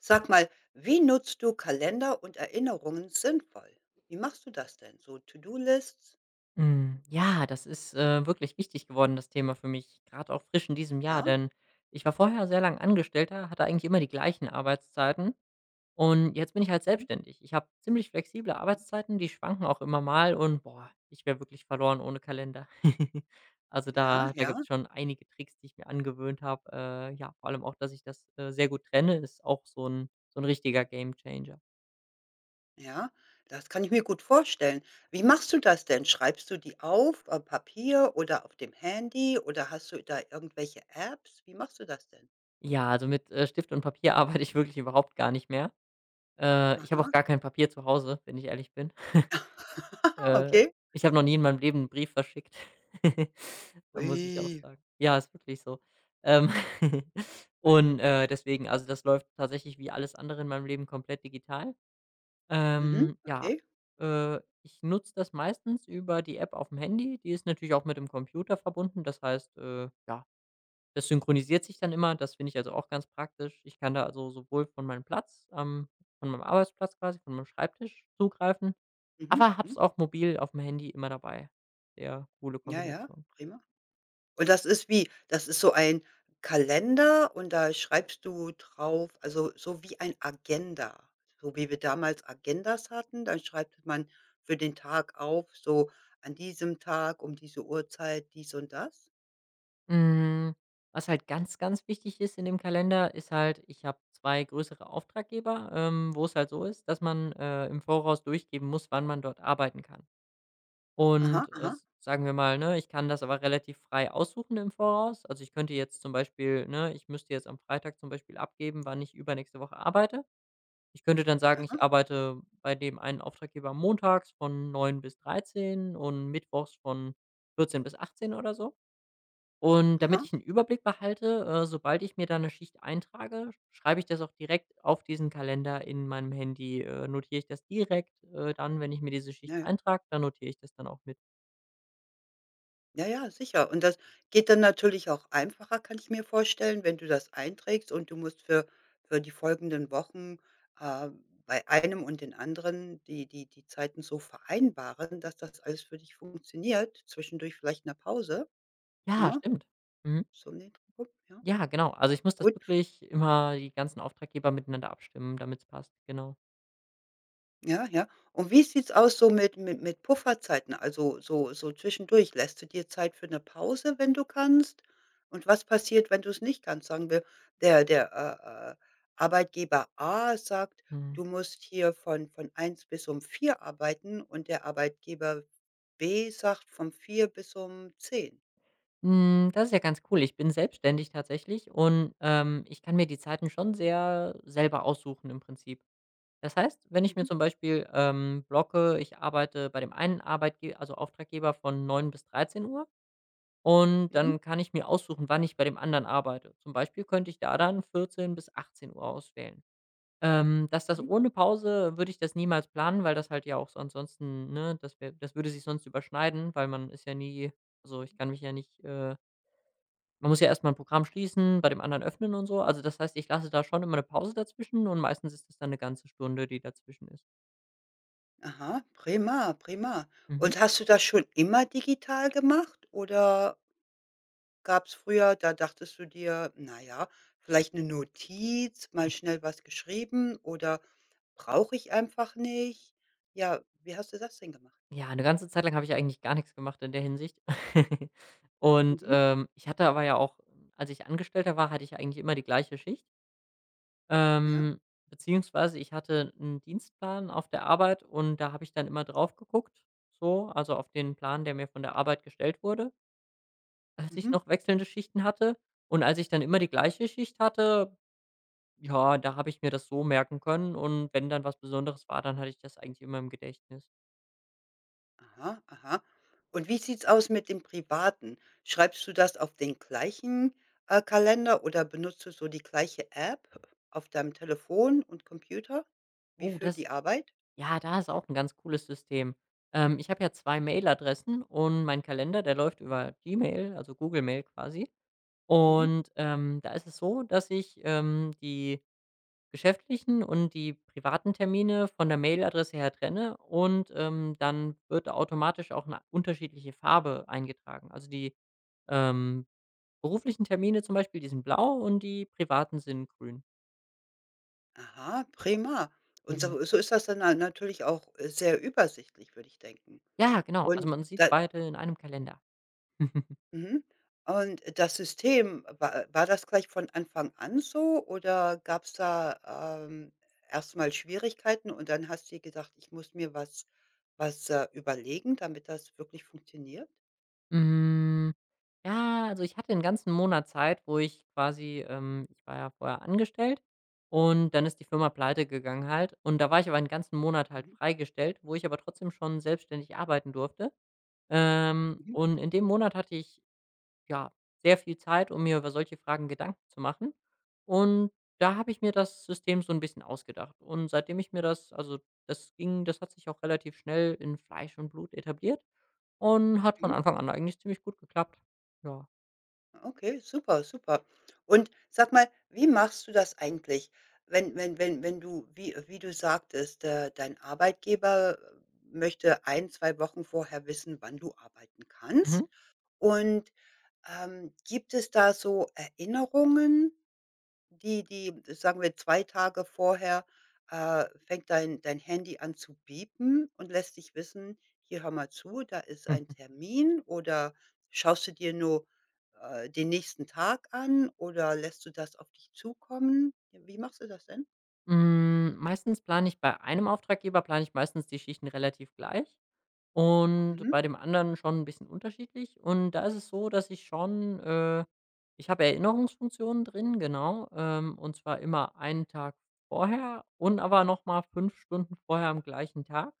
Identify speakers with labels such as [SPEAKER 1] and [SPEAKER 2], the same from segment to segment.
[SPEAKER 1] Sag mal, wie nutzt du Kalender und Erinnerungen sinnvoll? Wie machst du das denn? So To-do-Lists?
[SPEAKER 2] Ja, das ist, wirklich wichtig geworden, das Thema für mich, gerade auch frisch in diesem Jahr,
[SPEAKER 1] Ja?
[SPEAKER 2] denn ich war vorher sehr lang Angestellter, hatte eigentlich immer die gleichen Arbeitszeiten und jetzt bin ich halt
[SPEAKER 1] Mhm.
[SPEAKER 2] selbstständig. Ich habe ziemlich flexible
[SPEAKER 1] Mhm.
[SPEAKER 2] Arbeitszeiten, die schwanken auch immer mal und boah, ich wäre wirklich verloren ohne Kalender. Also,
[SPEAKER 1] Ja,
[SPEAKER 2] da
[SPEAKER 1] ja,
[SPEAKER 2] gibt's schon einige Tricks, die ich mir angewöhnt habe. Ja, vor allem auch, dass ich das, sehr gut trenne, ist auch so ein richtiger Gamechanger.
[SPEAKER 1] ja. Das kann ich mir gut vorstellen. Wie machst du das denn? Schreibst du die auf Papier oder auf dem Handy oder hast du da irgendwelche Apps? Wie machst du das denn?
[SPEAKER 2] Ja, also, mit, Stift und Papier arbeite ich wirklich überhaupt gar nicht mehr. Ich habe auch
[SPEAKER 1] Aha.
[SPEAKER 2] gar kein Papier zu Hause, wenn ich ehrlich bin. Äh,
[SPEAKER 1] Okay.
[SPEAKER 2] Ich habe noch nie in meinem Leben 'n Brief verschickt. Da muss ich auch
[SPEAKER 1] Ui.
[SPEAKER 2] sagen. Ja, ist wirklich so. Ähm, und, deswegen also, das läuft tatsächlich wie alles andere in meinem Leben komplett digital.
[SPEAKER 1] Mhm.
[SPEAKER 2] Ja,
[SPEAKER 1] Okay.
[SPEAKER 2] ich nutze das meistens über die App auf dem Handy. Die ist natürlich auch mit dem Computer verbunden. Das heißt, ja, das synchronisiert sich dann immer, das finde ich also auch ganz praktisch. Ich kann da also sowohl von meinem Platz, von meinem Arbeitsplatz quasi, von meinem Schreibtisch zugreifen,
[SPEAKER 1] Mhm.
[SPEAKER 2] aber hab's
[SPEAKER 1] Mhm.
[SPEAKER 2] auch mobil auf dem Handy immer dabei. Sehr coole
[SPEAKER 1] Ja, ja.
[SPEAKER 2] Kombination.
[SPEAKER 1] Prima. Und das ist wie das ist so ein Kalender und da schreibst du drauf also, so wie ein Agenda. So wie wir damals Agendas hatten, dann schreibt man für den Tag auf, so an diesem Tag um diese Uhrzeit dies und das.
[SPEAKER 2] Hm, Was halt ganz, ganz wichtig ist in dem Kalender, ist halt, ich habe 2 größere Auftraggeber, wo es halt so ist, dass man, im Voraus durchgeben muss, wann man dort arbeiten kann.
[SPEAKER 1] Aha,
[SPEAKER 2] Und,
[SPEAKER 1] aha,
[SPEAKER 2] s sagen wir mal, ne, ich kann das aber relativ frei aussuchen im Voraus. Also, ich könnte jetzt zum Beispiel ne, ich müsste jetzt am Freitag zum Beispiel abgeben, wann ich übernächste Woche arbeite. Ich könnte dann sagen, ich
[SPEAKER 1] aha,
[SPEAKER 2] arbeite bei dem einen Auftraggeber montags von 9 bis 13 und mittwochs von 14 bis 18 oder so. Und damit
[SPEAKER 1] aha,
[SPEAKER 2] ich einen Überblick behalte, sobald ich mir da eine Schicht eintrage, schreibe ich das auch direkt auf diesen Kalender in meinem Handy, notiere ich das direkt, dann, wenn ich mir diese Schicht
[SPEAKER 1] ja, ja.
[SPEAKER 2] eintrage, dann notiere ich das dann auch mit.
[SPEAKER 1] Ja, ja, sicher. Und das geht dann natürlich auch einfacher, kann ich mir vorstellen, wenn du das einträgst und du musst für die folgenden Wochen, äh, bei einem und den anderen die Zeiten so vereinbaren, dass das alles für dich funktioniert, zwischendurch vielleicht eine Pause,
[SPEAKER 2] Ja,
[SPEAKER 1] ne?
[SPEAKER 2] stimmt. Mhm.
[SPEAKER 1] So in den Dreh. Ja,
[SPEAKER 2] Ja, genau. Also, ich muss das
[SPEAKER 1] gut.
[SPEAKER 2] wirklich immer die ganzen Auftraggeber miteinander abstimmen, damit es passt, genau.
[SPEAKER 1] Ja, ja. Und wie sieht's aus so mit Pufferzeiten? Also, so zwischendurch, lässt du dir Zeit für eine Pause, wenn du kannst? Und was passiert, wenn du es nicht kannst? Sagen wir, der der, äh, äh, Arbeitgeber A sagt:
[SPEAKER 2] Mhm.
[SPEAKER 1] „Du musst hier von eins bis um vier arbeiten“, und der Arbeitgeber B sagt: „Von 4 bis um zehn.“
[SPEAKER 2] Das ist ja ganz cool. Ich bin selbstständig tatsächlich und, ich kann mir die Zeiten schon sehr selber aussuchen im Prinzip. Das heißt, wenn ich mir
[SPEAKER 1] Mhm,
[SPEAKER 2] zum Beispiel, blocke, ich arbeite bei dem einen Arbeitgeber, also Auftraggeber von 9 bis 13 Uhr und
[SPEAKER 1] mhm,
[SPEAKER 2] dann kann ich mir aussuchen, wann ich bei dem anderen arbeite. Zum Beispiel könnte ich da dann 14 bis 18 Uhr auswählen. Dass das
[SPEAKER 1] mhm.
[SPEAKER 2] ohne Pause würde ich das niemals planen, weil das halt ja auch so ansonsten ne, das wär das würde sich sonst überschneiden, weil man ist ja nie also, ich kann mich ja nicht, man muss ja erst mal 'n Programm schließen, bei dem anderen öffnen und so. Also, das heißt, ich lasse da schon immer eine Pause dazwischen und meistens ist das dann eine ganze Stunde, die dazwischen ist.
[SPEAKER 1] Aha, prima, prima.
[SPEAKER 2] Mhm.
[SPEAKER 1] Und hast du das schon immer digital gemacht oder gab's früher, da dachtest du dir: „Na ja, vielleicht eine Notiz, mal schnell was geschrieben oder brauche ich einfach nicht?“ Ja, wie hast du das denn gemacht?
[SPEAKER 2] Ja, eine ganze Zeit lang habe ich eigentlich gar nichts gemacht in der Hinsicht. Und,
[SPEAKER 1] Mhm,
[SPEAKER 2] ich hatte aber ja auch als ich Angestellter war, hatte ich eigentlich immer die gleiche Schicht.
[SPEAKER 1] ja,
[SPEAKER 2] Ähm, beziehungsweise ich hatte einen Dienstplan auf der Arbeit und da habe ich dann immer drauf geguckt, so, also auf den Plan, der mir von der Arbeit gestellt wurde, als ich
[SPEAKER 1] mhm,
[SPEAKER 2] noch wechselnde Schichten hatte. Und als ich dann immer die gleiche Schicht hatte, ja, da habe ich mir das so merken können und wenn dann was Besonderes war, dann hatte ich das eigentlich immer im Gedächtnis.
[SPEAKER 1] aha, aha. Und wie sieht's aus mit dem Privaten? Schreibst du das auf den gleichen, Kalender oder benutzt du so die gleiche App auf deinem Telefon und Computer wie
[SPEAKER 2] Oh,
[SPEAKER 1] für
[SPEAKER 2] das
[SPEAKER 1] die Arbeit?
[SPEAKER 2] ja, da ist auch ein ganz cooles System. Ich habe ja 2 Mailadressen und mein Kalender, der läuft über
[SPEAKER 1] Mhm,
[SPEAKER 2] Gmail, also Google Mail quasi.
[SPEAKER 1] mhm.
[SPEAKER 2] Und, da ist es so, dass ich, die geschäftlichen und die privaten Termine von der Mailadresse her trenne und, dann wird automatisch auch eine unterschiedliche Farbe eingetragen. Also, die, ähm, beruflichen Termine zum Beispiel, die sind blau und die privaten sind grün.
[SPEAKER 1] Aha, prima. Und
[SPEAKER 2] Mhm.
[SPEAKER 1] so ist das dann natürlich auch, sehr übersichtlich, würde ich denken.
[SPEAKER 2] Ja, genau. Also,
[SPEAKER 1] Und
[SPEAKER 2] man sieht
[SPEAKER 1] da
[SPEAKER 2] beide in einem Kalender.
[SPEAKER 1] Mhm. Und das System, wa war das gleich von Anfang an so oder gab's da, erst Schwierigkeiten und dann hast du dir gedacht: „Ich muss mir was, überlegen, damit das wirklich funktioniert?“
[SPEAKER 2] Hm. Ja, also ich hatte den ganzen Monat Zeit, wo ich quasi ich war ja vorher angestellt und dann ist die Firma Pleite gegangen halt. Und da war ich aber 'n ganzen Monat halt
[SPEAKER 1] Mhm,
[SPEAKER 2] freigestellt, wo ich aber trotzdem schon selbstständig arbeiten durfte. Ähm,
[SPEAKER 1] mhm,
[SPEAKER 2] und in dem Monat hatte ich, ja, sehr viel Zeit, um mir über solche Fragen Gedanken zu machen. Und da habe ich mir das System so ein bisschen ausgedacht. Und seitdem ich mir das also das hat sich auch relativ schnell in Fleisch und Blut etabliert und hat von
[SPEAKER 1] mhm.
[SPEAKER 2] Anfang an eigentlich ziemlich gut geklappt. Ja.
[SPEAKER 1] Okay, super, super. Und sag mal, wie machst du das eigentlich, wenn du wie du sagtest, dein Arbeitgeber möchte ein 2 Wochen vorher wissen, wann du arbeiten
[SPEAKER 2] Mhm.
[SPEAKER 1] kannst? Und, gibt es da so Erinnerungen, die sagen wir 2 Tage vorher, fängt dein Handy an zu piepen und lässt dich wissen: „Hier, hör mal zu, da ist ein
[SPEAKER 2] Mhm.
[SPEAKER 1] Termin“, oder schaust du dir nur, den nächsten Tag an oder lässt du das auf dich zukommen? Wie machst du das denn?
[SPEAKER 2] Meistens plane ich bei einem Auftraggeber plane ich meistens die Schichten relativ gleich und
[SPEAKER 1] Mhm.
[SPEAKER 2] bei dem anderen schon ein bisschen unterschiedlich. Und da ist es so, dass ich schon ich habe Erinnerungsfunktionen drin, genau, und zwar immer einen Tag vorher und aber noch mal 5 Stunden vorher am gleichen Tag,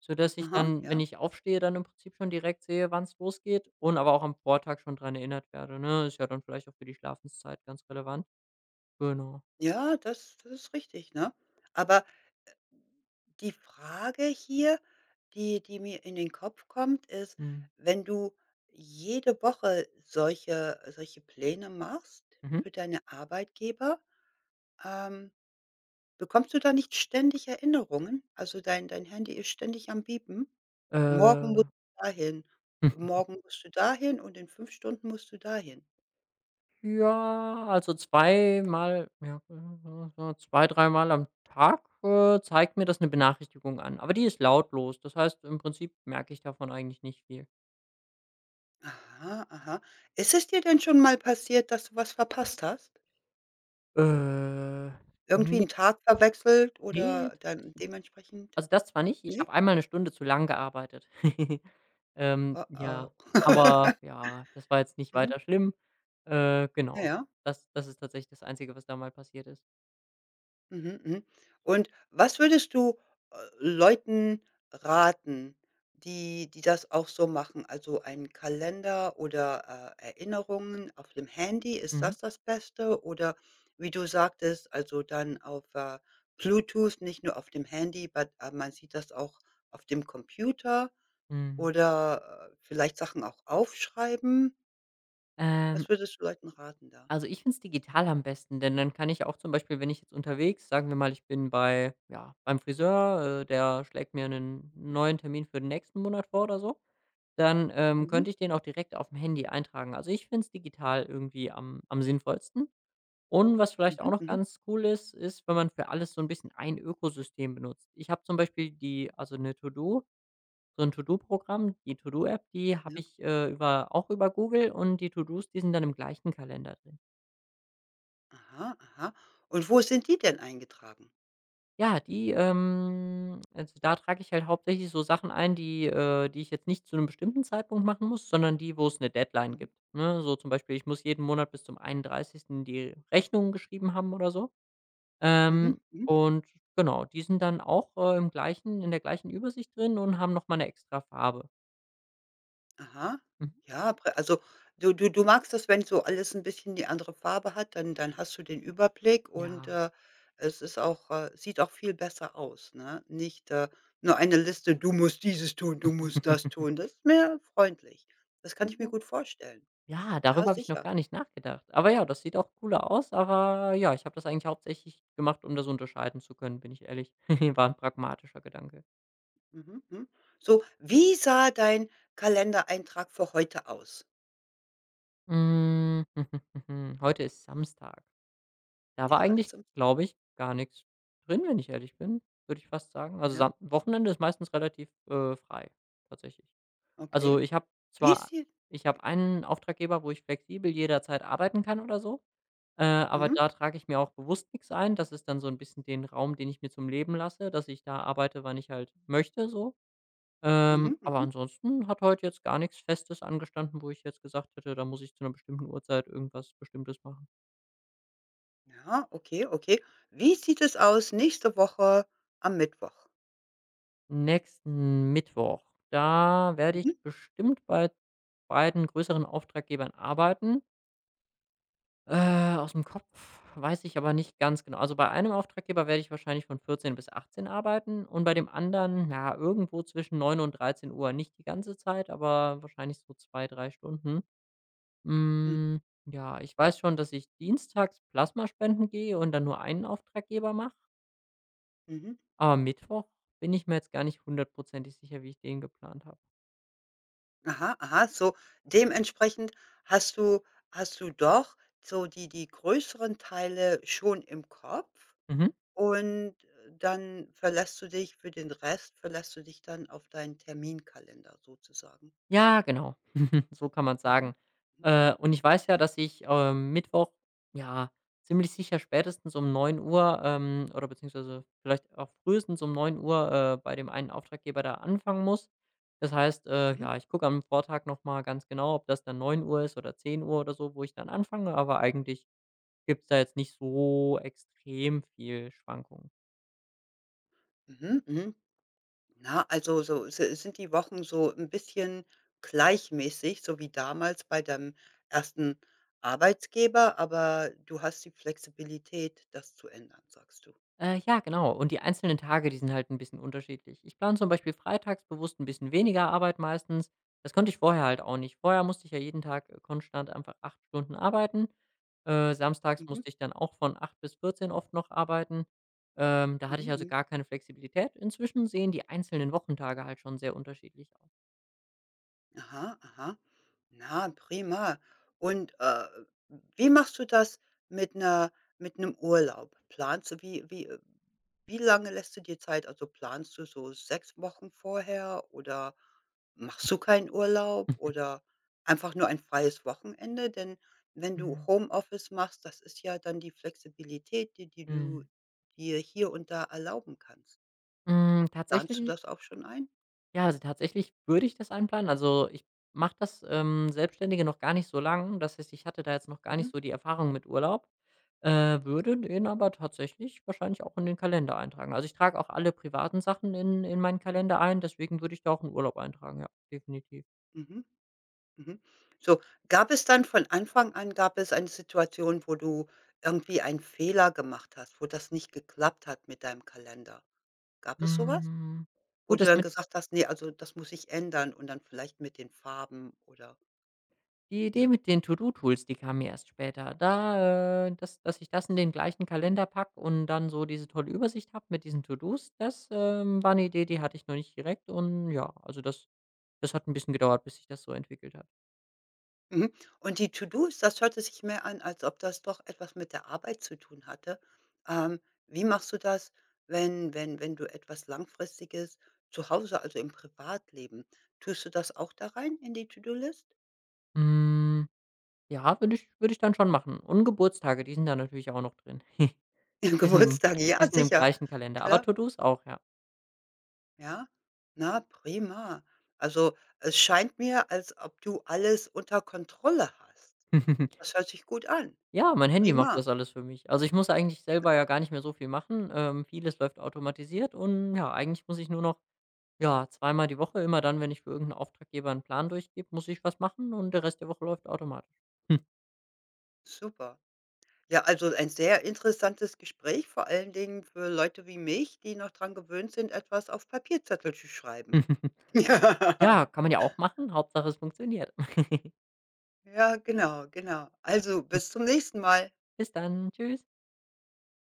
[SPEAKER 2] sodass ich
[SPEAKER 1] Aha,
[SPEAKER 2] dann, wenn
[SPEAKER 1] ja.
[SPEAKER 2] ich aufstehe, dann im Prinzip schon direkt sehe, wann es losgeht und aber auch am Vortag schon dran erinnert werde, ne? Ist ja dann vielleicht auch für die Schlafenszeit ganz relevant. Genau.
[SPEAKER 1] Ja, das ist richtig, ne? Aber die Frage hier, die mir in den Kopf kommt, ist,
[SPEAKER 2] Mhm.
[SPEAKER 1] wenn du jede Woche solche Pläne machst
[SPEAKER 2] Mhm.
[SPEAKER 1] für deine Arbeitgeber, ähm, bekommst du da nicht ständig Erinnerungen? Also, dein Handy ist ständig am Piepen? „Morgen
[SPEAKER 2] Äh
[SPEAKER 1] musst du dahin, morgen musst du dahin und in 5 Stunden musst du dahin.“
[SPEAKER 2] Ja, also zweimal ja, so 2, dreimal am Tag, zeigt mir das eine Benachrichtigung an, aber die ist lautlos. Das heißt, im Prinzip merke ich davon eigentlich nicht viel.
[SPEAKER 1] Aha, aha. Ist es dir denn schon mal passiert, dass du was verpasst hast?
[SPEAKER 2] Äh,
[SPEAKER 1] Irgendwie
[SPEAKER 2] ne,
[SPEAKER 1] 'n Tag verwechselt
[SPEAKER 2] ne,
[SPEAKER 1] oder
[SPEAKER 2] tatsächlich
[SPEAKER 1] dann
[SPEAKER 2] nicht.
[SPEAKER 1] dementsprechend,
[SPEAKER 2] Also, das zwar nicht, ich
[SPEAKER 1] ne?
[SPEAKER 2] habe einmal eine Stunde zu lang gearbeitet.
[SPEAKER 1] Oh,
[SPEAKER 2] Ja,
[SPEAKER 1] oh.
[SPEAKER 2] aber ja, das war jetzt nicht
[SPEAKER 1] Mhm.
[SPEAKER 2] weiter schlimm.
[SPEAKER 1] Ja,
[SPEAKER 2] Genau.
[SPEAKER 1] ja.
[SPEAKER 2] Das ist tatsächlich das Einzige, was da mal passiert ist.
[SPEAKER 1] Mhm, mhm. Und was würdest du, Leuten raten, die die das auch so machen? Also, einen Kalender oder, Erinnerungen auf dem Handy, ist
[SPEAKER 2] Mhm.
[SPEAKER 1] das das Beste? Oder wie du sagtest, also, dann auf, Bluetooth, nicht nur auf dem Handy, but man sieht das auch auf dem Computer
[SPEAKER 2] Mhm.
[SPEAKER 1] oder, vielleicht Sachen auch aufschreiben?
[SPEAKER 2] Ähm
[SPEAKER 1] Was würdest du Leuten raten da?
[SPEAKER 2] Also, ich finde es digital am besten, denn dann kann ich auch zum Beispiel, wenn ich jetzt unterwegs sagen wir mal, ich bin bei ja, beim Friseur, der schlägt mir einen
[SPEAKER 1] Mhm.
[SPEAKER 2] neuen Termin für den nächsten Monat vor oder so, dann,
[SPEAKER 1] Mhm.
[SPEAKER 2] könnte ich den auch direkt auf dem Handy eintragen. Also, ich finde es digital irgendwie am sinnvollsten. Und was vielleicht auch
[SPEAKER 1] Mhm.
[SPEAKER 2] noch
[SPEAKER 1] Mhm.
[SPEAKER 2] ganz cool ist, ist, wenn man für alles so ein bisschen ein Ökosystem benutzt. Ich habe zum Beispiel die also eine To-Do so ein To-Do-Programm, die To-Do-App, die habe
[SPEAKER 1] Ja.
[SPEAKER 2] ich, über auch über Google und die To-Dos, die sind dann im gleichen Kalender drin.
[SPEAKER 1] Aha, aha. Und wo sind die denn eingetragen?
[SPEAKER 2] Ja, die, also, da trage ich halt hauptsächlich so Sachen ein, die ich jetzt nicht zu einem bestimmten Zeitpunkt machen muss, sondern die, wo es eine Deadline
[SPEAKER 1] Mhm,
[SPEAKER 2] gibt, ne? So zum Beispiel, ich muss jeden Monat bis zum 31. die Rechnungen geschrieben haben oder so.
[SPEAKER 1] mhm,
[SPEAKER 2] Ähm,
[SPEAKER 1] mhm.
[SPEAKER 2] und genau, die sind dann auch, im gleichen in der gleichen Übersicht drin und haben noch mal 'ne extra Farbe.
[SPEAKER 1] Aha.
[SPEAKER 2] Mhm.
[SPEAKER 1] Ja, prä also, du magst das, wenn so alles ein bisschen die andere Farbe hat, dann hast du den Überblick und,
[SPEAKER 2] Ja.
[SPEAKER 1] es ist auch sieht auch viel besser aus, ne? Nicht, nur eine Liste: „Du musst dieses tun, du musst das tun.“ Das ist mehr freundlich. Das
[SPEAKER 2] Ja.
[SPEAKER 1] kann ich mir gut vorstellen.
[SPEAKER 2] Ja,
[SPEAKER 1] Ja,
[SPEAKER 2] darüber habe ich noch
[SPEAKER 1] sicher.
[SPEAKER 2] gar nicht nachgedacht. Aber ja, das sieht auch cooler aus, aber ja, ich habe das eigentlich hauptsächlich gemacht, um das unterscheiden zu können, bin ich ehrlich. War ein pragmatischer Gedanke.
[SPEAKER 1] Mhm, mhm. So, wie sah dein Kalendereintrag für heute aus?
[SPEAKER 2] Hm, Heute ist Samstag. Da war
[SPEAKER 1] Ja,
[SPEAKER 2] eigentlich,
[SPEAKER 1] ist im
[SPEAKER 2] glaube ich, gar nichts drin, wenn ich ehrlich bin, würde ich fast sagen. Also,
[SPEAKER 1] ja,
[SPEAKER 2] Sam Wochenende ist meistens relativ, frei tatsächlich.
[SPEAKER 1] okay.
[SPEAKER 2] Also,
[SPEAKER 1] Wie sieht
[SPEAKER 2] ich habe einen Auftraggeber, wo ich flexibel jederzeit arbeiten kann oder so. Aber
[SPEAKER 1] Mhm,
[SPEAKER 2] da trage ich mir auch bewusst nichts ein. Das ist dann so ein bisschen den Raum, den ich mir zum Leben lasse, dass ich da arbeite, wann ich halt möchte so.
[SPEAKER 1] mhm,
[SPEAKER 2] Aber
[SPEAKER 1] mhm.
[SPEAKER 2] ansonsten hat heute jetzt gar nichts Festes angestanden, wo ich jetzt gesagt hätte, da muss ich zu einer bestimmten Uhrzeit irgendwas Bestimmtes machen.
[SPEAKER 1] Ja, okay, okay. Wie sieht es aus nächste Woche am Mittwoch?
[SPEAKER 2] Nächsten Mittwoch, da werde
[SPEAKER 1] Mhm,
[SPEAKER 2] ich bestimmt bei beiden größeren Auftraggebern arbeiten. Aus dem Kopf weiß ich aber nicht ganz genau. Also, bei einem Auftraggeber werde ich wahrscheinlich von 14 bis 18 arbeiten und bei dem anderen, ja, irgendwo zwischen 9 und dreizehn Uhr. Nicht die ganze Zeit, aber wahrscheinlich so zwei, 3 Stunden.
[SPEAKER 1] mhm,
[SPEAKER 2] Hm, ja, ich weiß schon, dass ich dienstags Plasma spenden gehe und dann nur einen Auftraggeber mache,
[SPEAKER 1] mhm.
[SPEAKER 2] aber Mittwoch bin ich mir jetzt gar nicht hundertprozentig sicher, wie ich den geplant habe.
[SPEAKER 1] Aha, aha, so dementsprechend hast du hast du doch so die größeren Teile schon im Kopf
[SPEAKER 2] Mhm.
[SPEAKER 1] und dann verlässt du dich für den Rest verlässt du dich dann auf deinen Terminkalender sozusagen.
[SPEAKER 2] Ja, genau. So kann man sagen.
[SPEAKER 1] Mhm. Mhm.
[SPEAKER 2] Und ich weiß ja, dass ich, Mittwoch, ja, ziemlich sicher spätestens um 9:00, oder beziehungsweise vielleicht auch frühestens um 9:00, bei dem einen Auftraggeber da anfangen muss. Das heißt,
[SPEAKER 1] Mhm.
[SPEAKER 2] ja, ich gucke am Vortag noch mal ganz genau, ob das dann 9 Uhr ist oder 10 Uhr oder so, wo ich dann anfange, aber eigentlich gibt's da jetzt nicht so extrem viel Schwankungen.
[SPEAKER 1] Mhm. Mhm. Na, also so si sind die Wochen so ein bisschen gleichmäßig, so wie damals bei deinem ersten Arbeitgeber, aber du hast die Flexibilität, das zu ändern, sagst du.
[SPEAKER 2] Ja, genau. Und die einzelnen Tage, die sind halt ein bisschen unterschiedlich. Ich plane zum Beispiel freitags bewusst ein bisschen weniger Arbeit meistens. Das konnte ich vorher halt auch nicht. Vorher musste ich ja jeden Tag, konstant einfach 8 Stunden arbeiten. Samstags
[SPEAKER 1] Mhm,
[SPEAKER 2] musste ich dann auch von 8 bis 14 oft noch arbeiten. Da hatte
[SPEAKER 1] mhm,
[SPEAKER 2] ich also
[SPEAKER 1] mhm.
[SPEAKER 2] gar keine Flexibilität. Inzwischen sehen die einzelnen Wochentage halt schon sehr unterschiedlich aus.
[SPEAKER 1] Aha, aha. Na, prima. Und, wie machst du das mit einer mit einem Urlaub? Planst du wie lange lässt du dir Zeit? Also, planst du so 6 Wochen vorher oder machst du keinen Urlaub oder einfach nur ein freies Wochenende? Denn wenn du
[SPEAKER 2] Mhm.
[SPEAKER 1] Homeoffice machst, das ist ja dann die Flexibilität, die du
[SPEAKER 2] Mhm.
[SPEAKER 1] dir hier und da erlauben kannst.
[SPEAKER 2] Hm,
[SPEAKER 1] Planst du
[SPEAKER 2] tatsächlich
[SPEAKER 1] das auch schon ein?
[SPEAKER 2] Ja, also tatsächlich würde ich das einplanen. Also, ich mache das, Selbstständige noch gar nicht so lang. Das heißt, ich hatte da jetzt noch gar nicht
[SPEAKER 1] Mhm,
[SPEAKER 2] so die Erfahrung mit Urlaub, würde den aber tatsächlich wahrscheinlich auch in den Kalender eintragen. Also, ich trage auch alle privaten Sachen in meinen Kalender ein, deswegen würde ich da auch einen Urlaub eintragen, ja, definitiv.
[SPEAKER 1] mhm. Mhm. So, gab es dann von Anfang an gab es eine Situation, wo du irgendwie einen Fehler gemacht hast, wo das nicht geklappt hat mit deinem Kalender? Gab es sowas? Was?
[SPEAKER 2] Hm,
[SPEAKER 1] Wo
[SPEAKER 2] gut,
[SPEAKER 1] du
[SPEAKER 2] dass
[SPEAKER 1] dann gesagt hast: „Nee, also, das muss ich ändern“ und dann vielleicht mit den Farben oder
[SPEAKER 2] Die Idee
[SPEAKER 1] ja.
[SPEAKER 2] mit den To-do-Tools, die kam mir erst später. Da, dass ich das in den gleichen Kalender packe und dann so diese tolle Übersicht habe mit diesen To-dos, das, war eine Idee, die hatte ich noch nicht direkt und ja, also das hat ein bisschen gedauert, bis sich das so entwickelt hat.
[SPEAKER 1] Mhm. Und die To-dos, das hörte sich mehr an, als ob das doch etwas mit der Arbeit zu tun hatte. Ähm, wie machst du das, wenn du etwas Langfristiges zu Hause, also im Privatleben, tust du das auch da rein in die To-do-List?
[SPEAKER 2] Hm, ja, würde ich dann schon machen. Und Geburtstage, die sind da natürlich auch noch drin.
[SPEAKER 1] Ja,
[SPEAKER 2] Die sind im
[SPEAKER 1] Geburtstag, ja,
[SPEAKER 2] die sind im
[SPEAKER 1] sicher.
[SPEAKER 2] gleichen Kalender, aber
[SPEAKER 1] Klar,
[SPEAKER 2] To-dos auch, ja.
[SPEAKER 1] ja. Na, prima. Also, es scheint mir, als ob du alles unter Kontrolle hast. Das hört sich gut an.
[SPEAKER 2] Ja, mein Handy macht
[SPEAKER 1] Prima,
[SPEAKER 2] das alles für mich. Also, ich muss eigentlich selber ja gar nicht mehr so viel machen. Vieles läuft automatisiert und ja, eigentlich muss ich nur noch. Ja, zweimal die Woche, immer dann, wenn ich für irgendeinen Auftraggeber einen Plan durchgebe, muss ich was machen und der Rest der Woche läuft automatisch.
[SPEAKER 1] super. Ja, also, ein sehr interessantes Gespräch, vor allen Dingen für Leute wie mich, die noch dran gewöhnt sind, etwas auf Papierzettel zu schreiben. Ja,
[SPEAKER 2] Ja, kann man ja auch machen. Hauptsache es funktioniert.
[SPEAKER 1] ja, genau, genau. Also, bis zum nächsten Mal.
[SPEAKER 2] Bis dann. Tschüss.